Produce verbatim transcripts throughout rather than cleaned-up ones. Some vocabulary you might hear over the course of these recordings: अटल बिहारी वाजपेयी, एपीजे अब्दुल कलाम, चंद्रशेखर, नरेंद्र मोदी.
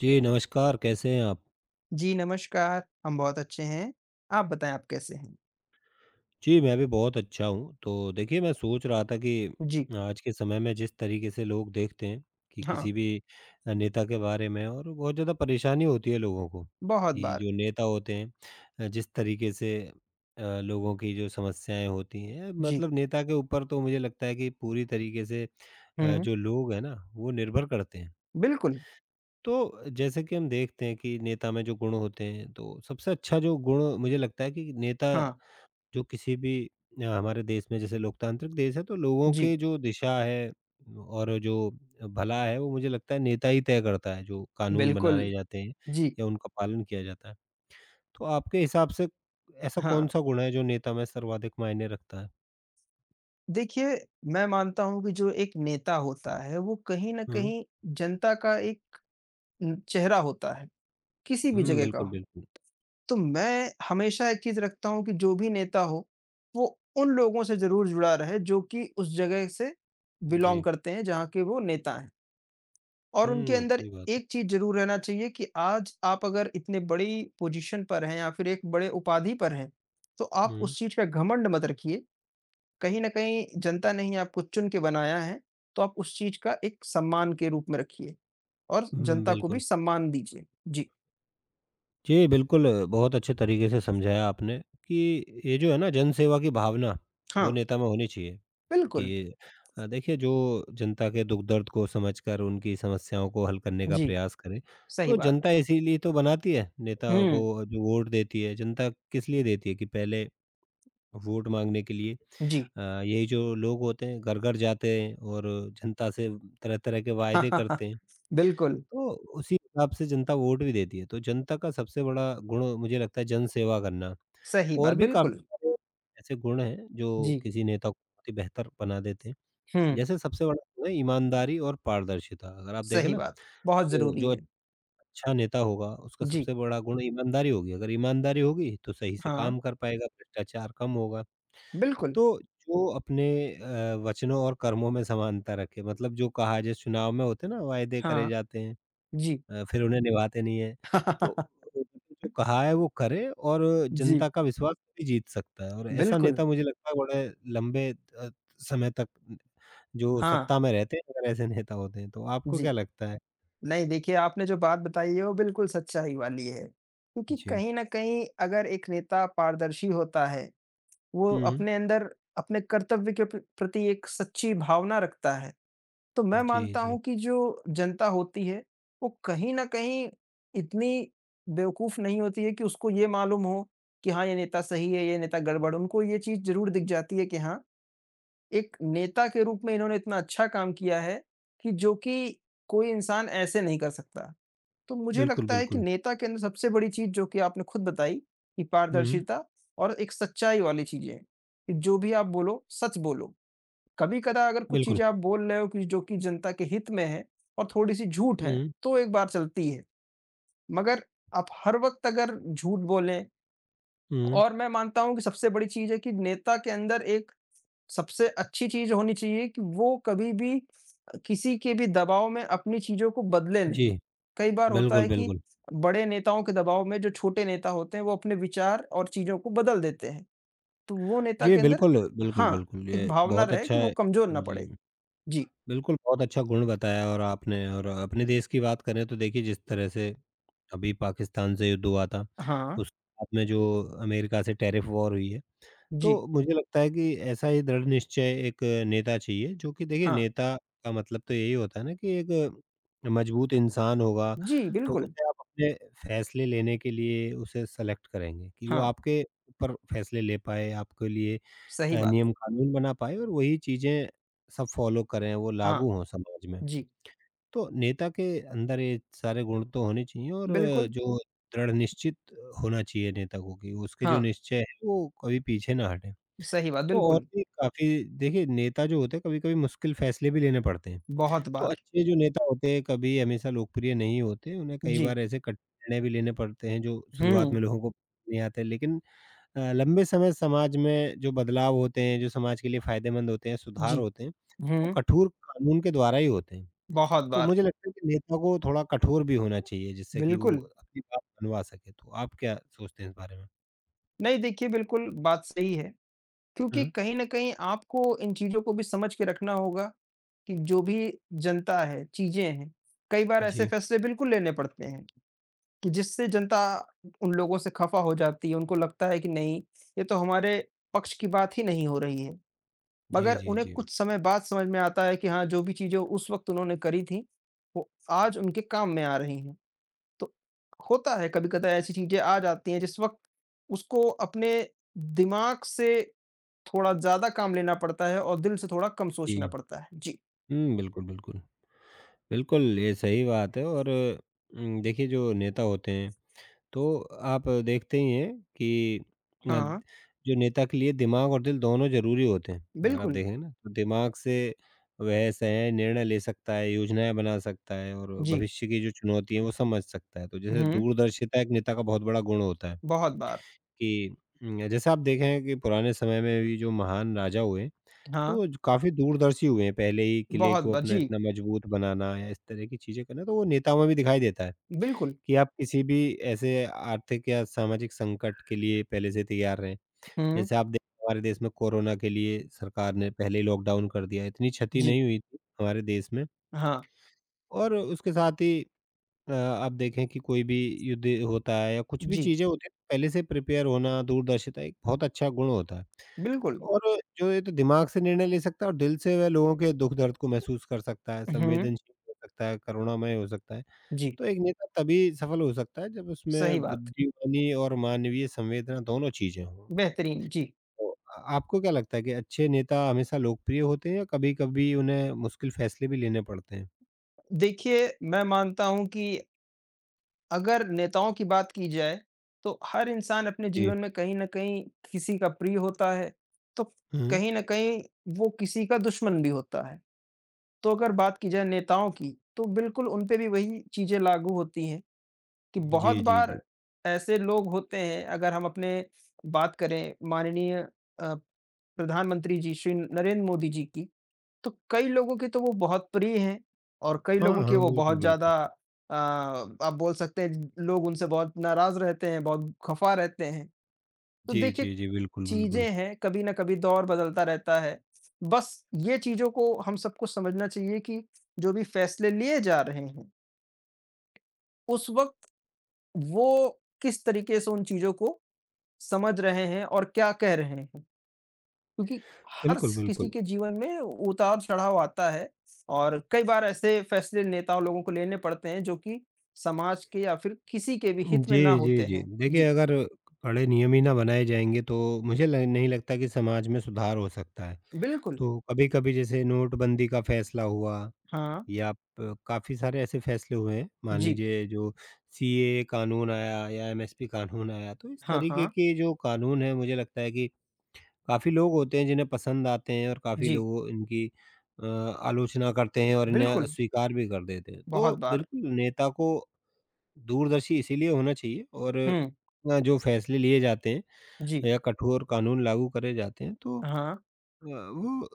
जी, नमस्कार, कैसे हैं आप? जी, नमस्कार। हम बहुत अच्छे हैं। आप बताएँ आप कैसे हैं? जी, मैं भी बहुत अच्छा हूँ। तो देखिए, मैं सोच रहा था कि जी, आज के समय में जिस तरीके से लोग देखते हैं कि हाँ, किसी भी अ, नेता के बारे में और बहुत ज़्यादा परेशानी होती है लोगों को बहुत कि बार। जो नेता होते हैं, अ, जिस तरीके से अ, लोगों की जो समस्याएँ होती हैं, जी, मतलब नेता के ऊपर, तो मुझे लगता है कि पूरी तरीके से अ, हुँ, जो लोग हैं ना, वो निर्भर करते हैं। बिल्कुल। तो जैसे कि हम देखते हैं कि नेता में जो गुण होते हैं, तो सबसे अच्छा जो गुण मुझे लगता है कि नेता हाँ, जो किसी भी अ, हमारे देश में जैसे लोकतांत्रिक देश है, तो लोगों जी, के जो दिशा है और जो भला है, वो मुझे लगता है नेता ही तय करता है, जो कानून बिल्कुल। बनाए जाते हैं जी, या उनका पालन किया जाता है। तो आपके हिसाब से ऐसा हाँ। कौन-सा गुण है जो नेता में सर्वाधिक मायने रखता है? देखिए, मैं मानता हूँ कि जो एक नेता होता है, वो कहीं न हुँ। कहीं जनता का एक उम, चेहरा होता है, किसी भी हुँ, जगह का बिल्कुल, हो। बिल्कुल। तो मैं हमेशा एक चीज़ रखता हूँ कि जो भी नेता हो, वो उन लोगों से ज़रूर जुड़ा रहे जो कि उस जगह से बिलॉन्ग जी। करते हैं, जहाँ के वो नेता हैं। और उनके हुँ, अंदर सही बात है। एक चीज़ ज़रूर रहना चाहिए कि आज आप अगर इतने बड़ी पोज़ीशन पर हैं या फिर एक बड़े उपाधि पर हैं, तो आप हुँ। उस चीज़ का घमंड मत रखिए। कहीं न कहीं जनता ने ही आपको चुन के बनाया है, तो आप उस चीज़ का एक सम्मान के रूप में रखिए और हुँ, जनता को भी बिल्कुल। सम्मान दीजिए। जी। जी, बिल्कुल बहुत अच्छे तरीके से समझाया आपने कि ये जो है ना जनसेवा की भावना, वो हाँ, नेता में होनी चाहिए। बिल्कुल। कि अ, देखिए जो जनता के दुख-दर्द को समझकर उनकी समस्याओं को हल करने का जी, प्रयास करे। सही तो बात। जनता इसीलिए तो बनाती है नेताओं हुँ, को, जो वोट देती है, जनता किस लिए देती है कि पहले वोट माँगने के लिए जी। अ, यही जो लोग होते हैं घर-घर जाते हैं और जनता से तरह-तरह के वायदे करते हैं। बिल्कुल, तो उसी हिसाब से जनता वोट भी देती है। तो जनता का सबसे बड़ा गुण मुझे लगता है जनसेवा करना। सही और बात, भी काफ़ी बिल्कुल। सारे ऐसे गुण हैं जो जी, किसी नेता को बहुत ही बेहतर बना देते हैं। हुँ, जैसे सबसे बड़ा जो है ईमानदारी और पारदर्शिता। अगर आप देखें सही ना, बात। बहुत तो ज़रूरी जो है। अच्छा नेता होगा, उसका जी, सबसे बड़ा गुण ईमानदारी होगी। अगर ईमानदारी होगी, तो सही से हाँ, काम कर पाएगा, भ्रष्टाचार कम होगा। बिल्कुल। तो जो अपने अ, वचनों और कर्मों में समानता रखे, मतलब जो कहा, जैसे चुनाव में होते हैं ना, वायदे करे हाँ, जाते हैं, जी। अ, फिर उन्हें निभाते नहीं हैं। तो जो कहा है, वो करे और जी, जनता का विश्वास भी जीत सकता है, और ऐसा बिल्कुल। नेता मुझे लगता है बड़े लंबे अ, समय तक जो हाँ, सत्ता में रहते हैं, अगर ऐसे नेता होते हैं तो, आपको जी। क्या लगता है? नहीं देखिए, आपने जो बात बताई है वो बिल्कुल सच्चाई वाली है। क्योंकि जी। कहीं न कहीं अगर एक नेता पारदर्शी होता है, वो हुँ। अपने अंदर अपने कर्तव्य के प्र प्रति एक सच्ची भावना रखता है, तो मैं जी, मानता जी। हूँ कि जो जनता होती है, वो कहीं न कहीं इतनी बेवकूफ़ नहीं होती है कि उसको ये मालूम हो कि हाँ, ये नेता सही है, ये नेता गड़बड़। उनको ये चीज़ ज़रूर दिख जाती है कि हाँ, एक नेता के रूप में इन्होंने इतना अच्छा काम किया है कि जो कि कोई इंसान ऐसे नहीं कर सकता। तो मुझे बिल्कुल, लगता है कि बिल्कुल। नेता के अंदर सबसे बड़ी चीज़ जो कि आपने खुद बताई कि हुँ। पारदर्शिता और एक सच्चाई वाली चीज़ें हैं, कि जो भी आप बोलो, सच बोलो। कभी-कदा अगर कुछ बिल्कुल। चीज़ें आप बोल रहे हो कि जो कि जनता के हित में है और थोड़ी-सी झूठ है, हुँ, तो एक बार चलती है। मगर आप हर वक़्त अगर झूठ बोलें हुँ। और मैं मानता हूँ कि सबसे बड़ी चीज़ है कि नेता के अंदर एक सबसे अच्छी चीज़ होनी चाहिए कि वो कभी भी अ, किसी के भी दबाव में अपनी चीज़ों को बदले जी, नहीं। कई बार होता बिल्कुल, है कि बिल्कुल। बड़े नेताओं के दबाव में जो छोटे नेता होते हैं, वो अपने विचार और चीज़ों को बदल देते हैं। तो वो नेता जी, के अंदर बिल्कुल, बिल्कुल, हाँ, बिल्कुल। एक ये भावना बहुत रहे अच्छा कि वो है। कमज़ोर ना जी, पड़े। जी। बिल्कुल बहुत अच्छा गुण बताया और आपने, और अपने देश की बात करें तो देखिए जिस तरह से अभी पाकिस्तान से युद्ध हुआ था, हाँ। उसके बाद में जो अमेरिका से टैरिफ वॉर हुई है, जी। तो मुझे लगता है कि ऐसा ही दृढ़ निश्चय एक नेता चाहिए, जो कि देखिए हाँ। नेता का मतलब तो यही होता है ना कि एक मजबूत इंसान होगा, जी, तो बिल्कुल। उसे आप अपने फैसले लेने के लिए उसे सेलेक्ट करेंगे कि वो हाँ, आपके ऊपर फैसले ले पाए, आपके लिए सही अ, बात। नियम-कानून बना पाए और वही चीज़ें सब फॉलो करें, वो हाँ। लागू हों समाज में। जी, तो नेता के अंदर ये सारे गुण तो होने चाहिए, और अ, बिल्कुल। जो दृढ़ निश्चित होना चाहिए नेता को कि उसके जो हाँ, निश्चय हैं वो कभी पीछे ना हटें। सही बात, तो और बिल्कुल। भी काफ़ी, देखिए नेता जो होते हैं कभी-कभी मुश्किल फैसले भी लेने पड़ते हैं। बहुत तो बार। अच्छे जो नेता होते हैं कभी हमेशा लोकप्रिय नहीं होते, उन्हें कई जी। बार ऐसे कठिन निर्णय भी लेने पड़ते हैं जो हुँ। शुरुआत में लोगों को नहीं आते, लेकिन अ, लंबे समय समाज में जो बदलाव होते हैं, जो समाज के लिए फ़ायदेमंद होते हैं, जी। सुधार होते हैं, वो हुँ। कठोर कानून के द्वारा ही होते हैं। बहुत तो बार। मुझे लगता है कि नेता को थोड़ा कठोर भी होना चाहिए, जिससे कि वो बिल्कुल। अपनी बात मनवा सके। तो आप क्या सोचते हैं इस बारे में? नहीं, देखिए बिल्कुल बात सही है, क्योंकि हाँ, कहीं न कहीं आपको इन चीज़ों को भी समझ के रखना होगा कि जो भी जनता है, चीज़ें हैं, कई बार ऐसे जी। फैसले बिल्कुल लेने पड़ते हैं कि जिससे जनता उन लोगों से खफ़ा हो जाती है, उनको लगता है कि नहीं, ये तो हमारे पक्ष की बात ही नहीं हो रही है। जी, मगर जी, उन्हें जी। कुछ समय बाद समझ में आता है कि हाँ, जो भी चीज़ें उस वक़्त उन्होंने करी थी, वो आज उनके काम में आ रही हैं। तो होता है कभी-कदा ऐसी चीज़ें आ जाती हैं जिस वक़्त उसको अपने दिमाग से थोड़ा ज़्यादा काम लेना पड़ता है और दिल से थोड़ा कम सोचना जी। पड़ता है। जी। हुँ, बिल्कुल, बिल्कुल। बिल्कुल, ये सही बात है, और उम, देखिए जो नेता होते हैं, तो आप देखते ही हैं कि अ, हाँ, जो नेता के लिए दिमाग और दिल दोनों ज़रूरी होते हैं। अगर आप बिल्कुल। देखें ना, तो दिमाग से वह सही निर्णय ले सकता है, योजनाएँ बना सकता है और जी। भविष्य की जो चुनौती है, वो समझ सकता है। तो जैसे हुँ, दूरदर्शिता एक नेता का बहुत बड़ा गुण होता है बहुत बार। कि उम, जैसे आप देखें कि पुराने समय में भी जो महान राजा हुए, हाँ, तो ज काफ़ी दूरदर्शी हुए हैं, पहले ही किले बहुत को बार। अपना जी, इतना मजबूत बनाना या इस तरह की चीज़ें करना, तो वो नेताओं में भी दिखाई देता है बिल्कुल। कि आप किसी भी ऐसे आर्थिक या सामाजिक संकट के लिए पहले से तैयार रहें। हुँ, जैसे आप देखें हमारे देश में कोरोना के लिए सरकार ने पहले ही लॉकडाउन कर दिया, इतनी क्षति जी। नहीं हुई थी हमारे देश में। हाँ, और उसके साथ ही अ, आप देखें कि कोई भी युद्ध होता है या कुछ भी जी, चीज़ें होती हैं, पहले से प्रिपेयर होना, दूरदर्शिता एक बहुत अच्छा गुण होता है। बिल्कुल। और जो ये तो दिमाग से निर्णय ले सकता है और दिल से वह लोगों के दुःख दर्द को महसूस कर सकता है, हुँ, संवेदनशील हो सकता है, करुणामय हो सकता है। जी, तो एक नेता तभी सफल हो सकता है जब सही उसमें बात। बुद्धिमानी और मानवीय संवेदना दोनों चीज़ें हों। बेहतरीन, जी। तो अ, आपको क्या लगता है कि अच्छे नेता हमेशा लोकप्रिय होते हैं या कभी-कभी उन्हें मुश्किल फैसले भी लेने पड़ते हैं? देखिए, मैं मानता हूँ कि अगर नेताओं की बात की जाए, तो हर इंसान अपने जी। जीवन में कहीं न कहीं किसी का प्रिय होता है, तो हुँ, कहीं न कहीं वो किसी का दुश्मन भी होता है। तो अगर बात की जाए नेताओं की, तो बिल्कुल उन पे भी वही चीज़ें लागू होती हैं कि जी, बहुत जी, बार जी। ऐसे लोग होते हैं, अगर हम अपने बात करें माननीय अ, प्रधानमंत्री जी, श्री नरेंद्र मोदी जी की, तो कई लोगों की तो वो बहुत प्रिय हैं और कई हाँ, लोगों की हाँ, वो बिल्कुल, बहुत बिल्कुल। ज़्यादा अ, आप बोल सकते हैं लोग उनसे बहुत नाराज़ रहते हैं, बहुत खफ़ा रहते हैं। तो जी, देखिए जी, जी, बिल्कुल, बिल्कुल। चीज़ें हैं, कभी न कभी दौर बदलता रहता है। बस ये चीज़ों को हम सबको समझना चाहिए कि जो भी फैसले लिए जा रहे हैं, उस वक़्त वो किस तरीके से उन चीज़ों को समझ रहे हैं और क्या कह रहे हैं। क्योंकि हर बिल्कुल, स- किसी बिल्कुल। के जीवन में उतार चढ़ाव आता है और कई बार ऐसे फैसले नेताओं लोगों को लेने पड़ते हैं जो कि समाज के या फिर किसी के भी हित में ना जी, जी, होते जी। हैं। देखिए, जी, अगर कड़े नियम ही ना बनाए जाएँगे तो मुझे ल नहीं लगता कि समाज में सुधार हो सकता है। बिल्कुल, तो कभी-कभी जैसे नोटबंदी का फ़ैसला हुआ हाँ, या प काफ़ी सारे ऐसे फ़ैसले हुए हैं। मान जी, लीजिए जो सीएए कानून आया या एमएसपी कानून आया, तो इस हाँ, तरीके हाँ, के जो कानून हैं, मुझे लगता है कि काफ़ी लोग होते हैं जिन्हें पसंद आते हैं और काफ़ी जी, लोग इनकी अ, आलोचना करते हैं और इन्हें बिल्कुल, अस्वीकार भी कर देते हैं। बहुत तो बार, बिल्कुल नेता को दूरदर्शी इसीलिए होना चाहिए, और हम्म, अ, जो फ़ैसले लिए जाते हैं जी, या कठोर कानून लागू करे जाते हैं, तो अ, हाँ, वो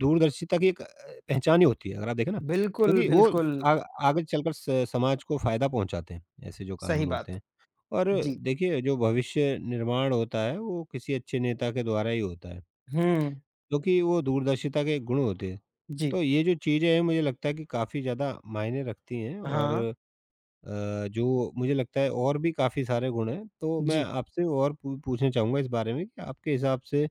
दूरदर्शिता की एक अ, पहचान ही होती है अगर आप देखें ना, तो बिल्कुल, क्योंकि वो बिल्कुल, आ आगे चलकर स समाज को फ़ायदा पहुँचाते हैं, ऐसे जो सही कानून होते बात, हैं। और जी, देखिए जो भविष्य निर्माण होता है वो किसी अच्छे नेता के द्वारा ही होता है, हम्म, क्योंकि वो दूरदर्शिता के गुण होते हैं। जी, तो ये जो चीज़ें हैं मुझे लगता है कि काफ़ी ज़्यादा मायने रखती हैं, और हाँ, अ, जो मुझे लगता है और भी काफ़ी सारे गुण हैं, तो मैं जी, आपसे और पू पूछना चाहूँगा इस बारे में कि आपके हिसाब से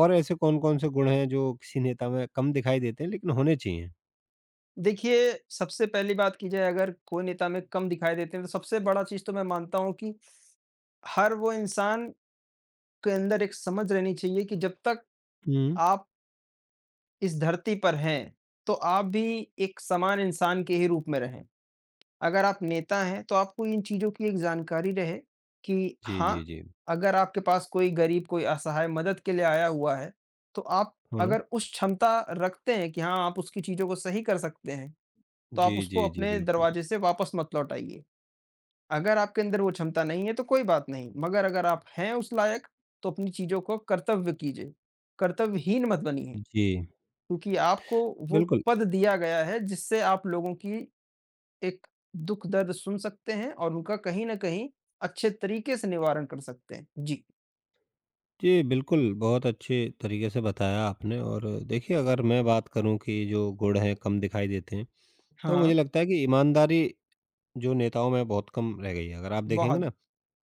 और ऐसे कौन-कौन से गुण हैं जो किसी नेता में कम दिखाई देते हैं लेकिन होने चाहिए? देखिए सबसे पहली बात की जाए अगर कोई नेता में कम दिखाई देते हैं तो सबसे बड़ा चीज तो मैं मानता हूँ कि हर वो इंसान के अंदर एक समझ रहनी चाहिए कि जब तक हुँ। आप इस धरती पर हैं, तो आप भी एक समान इंसान के ही रूप में रहें। अगर आप नेता हैं, तो आपको इन चीज़ों की एक जानकारी रहे कि जी, हाँ, जी, जी। अगर आपके पास कोई गरीब, कोई असहाय मदद के लिए आया हुआ है, तो आप हाँ। अगर उस क्षमता रखते हैं कि हाँ, आप उसकी चीज़ों को सही कर सकते हैं, तो आप जी, उसको जी, जी, अपने बिल्कुल। दरवाजे से वापस मत लौटाइए। अगर आपके अंदर वो क्षमता नहीं है तो कोई बात नहीं, मगर अगर आप हैं उस लायक तो अपनी चीज़ों को कर्तव्य कीजिए, कर्तव्यहीन मत बनिए जी, क्योंकि आपको वो बिल्कुल। पद दिया गया है जिससे आप लोगों की एक दुःख दर्द सुन सकते हैं और उनका कहीं न कहीं अच्छे तरीके से निवारण कर सकते हैं। जी, जी, बिल्कुल, बहुत अच्छे तरीके से बताया आपने, और देखिए अगर मैं बात करूँ कि जो गुण हैं कम दिखाई देते हैं, तो हाँ, मुझे लगता है कि ईमानदारी जो नेताओं में बहुत कम रह गई है। अगर आप देखेंगे बहुत, ना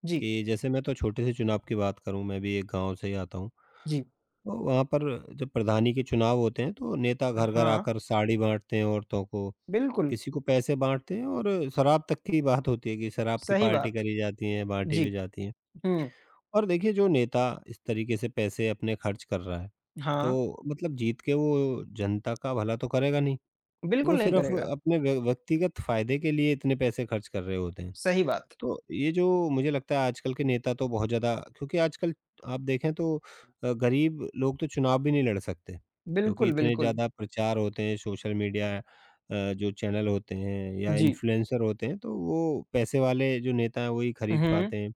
जी, कि जैसे मैं तो छोटे से चुनाव की बात करूँ, मैं भी एक गाँव से ही आता हूँ। जी, तो वहाँ पर जब प्रधानी के चुनाव होते हैं, तो नेता घर-घर हाँ, आकर साड़ी बाँटते हैं औरतों को, बिल्कुल, किसी को पैसे बाँटते हैं, और शराब तक की बात होती है कि शराब की सही पार्टी बात, करी जाती है, बाँटी भी जी, जाती है। हुँ, और देखिए जो नेता इस तरीके से पैसे अपने खर्च कर रहा है, हाँ, तो मतलब जीत के वो जनता का भला तो करेगा नहीं। वो बिल्कुल नहीं सिर्फ़ करेगा, अपने व्य व्यक्तिगत फ़ायदे के लिए इतने पैसे खर्च कर रहे होते हैं। सही बात, तो ये जो मुझे लगता है आजकल के नेता तो बहुत ज़्यादा, क्योंकि आजकल आप देखें तो अ, गरीब लोग तो चुनाव भी नहीं लड़ सकते, क्योंकि बिल्कुल, इतने बिल्कुल, ज़्यादा प्रचार होते हैं सोशल मीडिया, अ, जो चैनल होते हैं या जी, इन्फ्लुएंसर होते हैं, तो वो पैसे वाले जो नेता हैं वही खरीद हुँ, पाते हैं,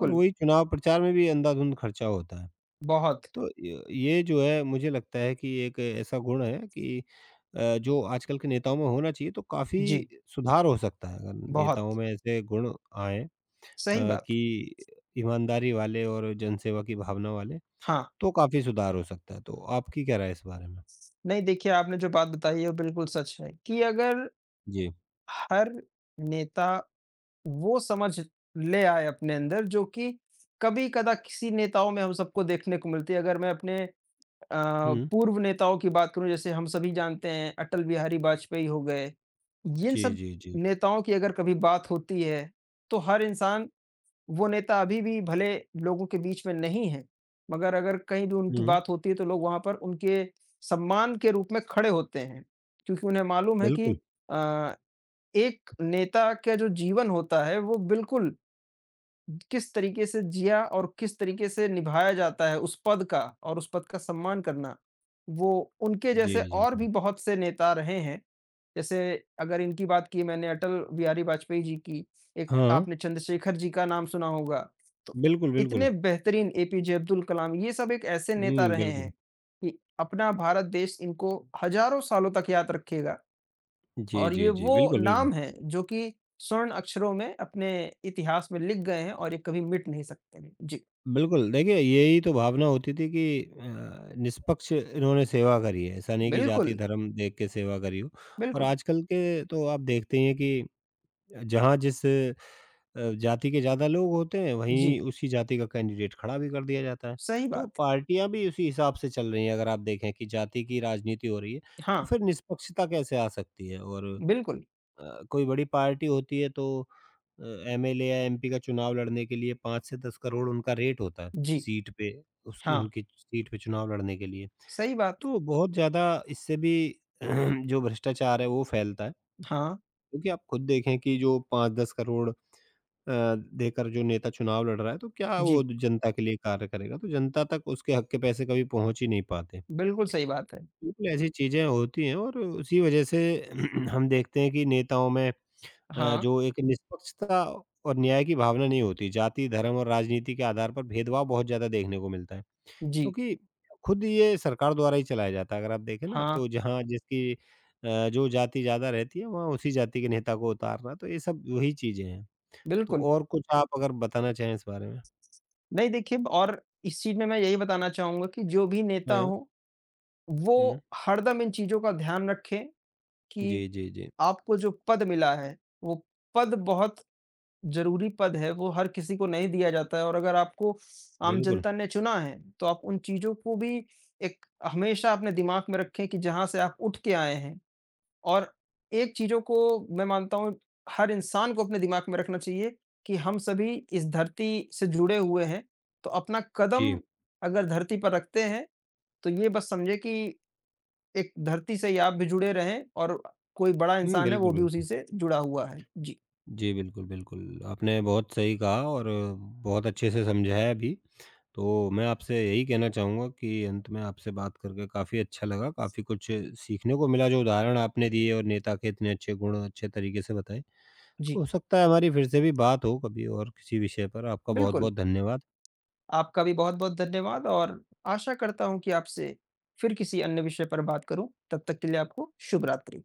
और वही चुनाव प्रचार में भी अंधाधुंध खर्चा होता है। बहुत। तो य ये जो है मुझे लगता है कि एक ऐसा गुण है कि अ, जो आजकल के नेताओं में होना चाहिए, तो काफ़ी जी, सुधार हो सकता है अगर बहुत, नेताओं में ऐसे गुण आएँ। अ, सही बात। कि ईमानदारी वाले और जनसेवा की भावना वाले, हाँ, तो काफ़ी सुधार हो सकता है। तो आपकी क्या राय है इस बारे में? नहीं देखिए आपने जो बात बताई है वो बिल्कुल सच है कि अगर जी। हर नेता वो समझ ले आए अपने अंदर जो कि कभी-कदा किसी नेताओं में हम सबको देखने को मिलती है। अगर मैं अपने अ, हुँ। पूर्व नेताओं की बात करूँ जैसे हम सभी जानते हैं अटल बिहारी वाजपेयी हो गए। इन जी, सब जी, जी। नेताओं की अगर कभी बात होती है, तो हर इंसान वो नेता अभी भी भले लोगों के बीच में नहीं है, मगर अगर कहीं भी उनकी हुँ, बात होती है तो लोग वहाँ पर उनके सम्मान के रूप में खड़े होते हैं। क्योंकि उन्हें मालूम है कि बिल्कुल। अ, एक नेता का जो जीवन होता है वो बिल्कुल किस तरीके से जिया और किस तरीके से निभाया जाता है उस पद का और उस पद का सम्मान करना, वो उनके जी, जैसे जी, और भी जी। बहुत से नेता रहे हैं। जैसे अगर इनकी बात की मैंने अटल बिहारी वाजपेयी जी की, एक हाँ, आपने चंद्रशेखर जी का नाम सुना होगा। तो बिल्कुल, बिल्कुल। इतने बेहतरीन ए पी जे अब्दुल कलाम ये सब एक ऐसे नेता हुँ, रहे हैं बिल्कुल। कि अपना भारत देश इनको हज़ारों सालों तक याद रखेगा। जी, और जी, ये जी। वो बिल्कुल, बिल्कुल। नाम हैं जो कि स्वर्ण अक्षरों में अपने इतिहास में लिख गए हैं और ये कभी मिट नहीं सकते हैं। जी, बिल्कुल, देखिए यही तो भावना होती थी कि अ, निष्पक्ष इन्होंने सेवा करी है। ऐसा नहीं कि जाति, बिल्कुल, धर्म देख के सेवा करी हो। और बिल्कुल। आजकल के तो आप देखते ही हैं कि जहाँ जिस अ, जाति के ज़्यादा लोग होते हैं, जी, वहीं उसी जाति का कैंडिडेट खड़ा भी कर दिया जाता है। सही तो बात। पार्टियाँ भी उसी हिसाब से चल रही हैं, अगर आप देखें कि जाति की राजनीति हो रही है, तो हाँ, फिर निष्पक्षता कैसे आ सकती है? और बिल्कुल। अ, कोई बड़ी पार्टी होती है तो अ, एमएलए या एमपी का चुनाव लड़ने के लिए पाँच से दस करोड़ उनका रेट होता है, जी, सीट पे, उसकी हाँ, उनकी सीट पे चुनाव लड़ने के लिए। सही बात। तो बहुत ज़्यादा इससे भी जो भ्रष्टाचार है, वो फैलता है। हाँ, क्योंकि आप खुद देखें कि जो पाँच से दस करोड़ अ, देकर जो नेता चुनाव लड़ रहा है, तो क्या वो जी, जनता के लिए कार्य करेगा? तो जनता तक उसके हक के पैसे कभी पहुँच ही नहीं पाते। बिल्कुल सही बात है। बिल्कुल ऐसी चीज़ें होती हैं, और उसी वजह से हम देखते हैं कि नेताओं में अ, हाँ, जो एक निष्पक्षता और न्याय की भावना नहीं होती। जाति, धर्म और राजनीति के आधार पर भेदभाव बहुत ज़्यादा देखने को मिलता है, जी, क्योंकि खुद ये सरकार द्वारा ही चलाया जाता है। अगर आप देखें ना, हाँ, तो जहाँ जिसकी अ, जो जाति ज़्यादा रहती है, वहाँ उसी जाति के नेता को उतारना, तो ये सब वही चीज़ें हैं। तो बिल्कुल। और कुछ आप अगर बताना चाहें इस बारे में? नहीं देखिए और इस चीज़ में मैं यही बताना चाहूँगा कि जो भी नेता हाँ। हो, हुँ। वो हरदम इन चीज़ों का ध्यान रखें जी, कि जी, जी। आपको जो पद मिला है, वो पद बहुत ज़रूरी पद है, वो हर किसी को नहीं दिया जाता है और अगर आपको आम बिल्कुल। जनता ने चुना है, तो आप उन चीज़ों को भी एक हमेशा अपने दिमाग में रखें कि जहाँ से आप उठ के आए हैं और एक चीज़ों को मैं मानता हूँ हर इंसान को अपने दिमाग में रखना चाहिए कि हम सभी इस धरती से जुड़े हुए हैं, तो अपना कदम जी। अगर धरती पर रखते हैं, तो ये बस समझे कि एक धरती से ही आप भी जुड़े रहें और कोई बड़ा हुँ, इंसान है, वो बिल्कुल, भी उसी बिल्कुल। से जुड़ा हुआ है। जी। जी, बिल्कुल, बिल्कुल। आपने बहुत सही कहा और बहुत अच्छे से समझाया भी। तो मैं आपसे यही कहना चाहूँगा कि अंत में आपसे बात करके काफ़ी अच्छा लगा, काफ़ी कुछ सीखने को मिला जो उदाहरण आपने दिए और नेता के इतने अच्छे गुण अच्छे तरीके से बताए। तो जी, हो सकता है हमारी फिर से भी बात हो कभी और किसी विषय पर। आपका बिल्कुल। बहुत-बहुत धन्यवाद। आपका भी बहुत-बहुत धन्यवाद और आशा करता हूँ कि आपसे फिर किसी अन्य विषय पर बात करूँ। तब तक के लिए आपको शुभ रात्रि।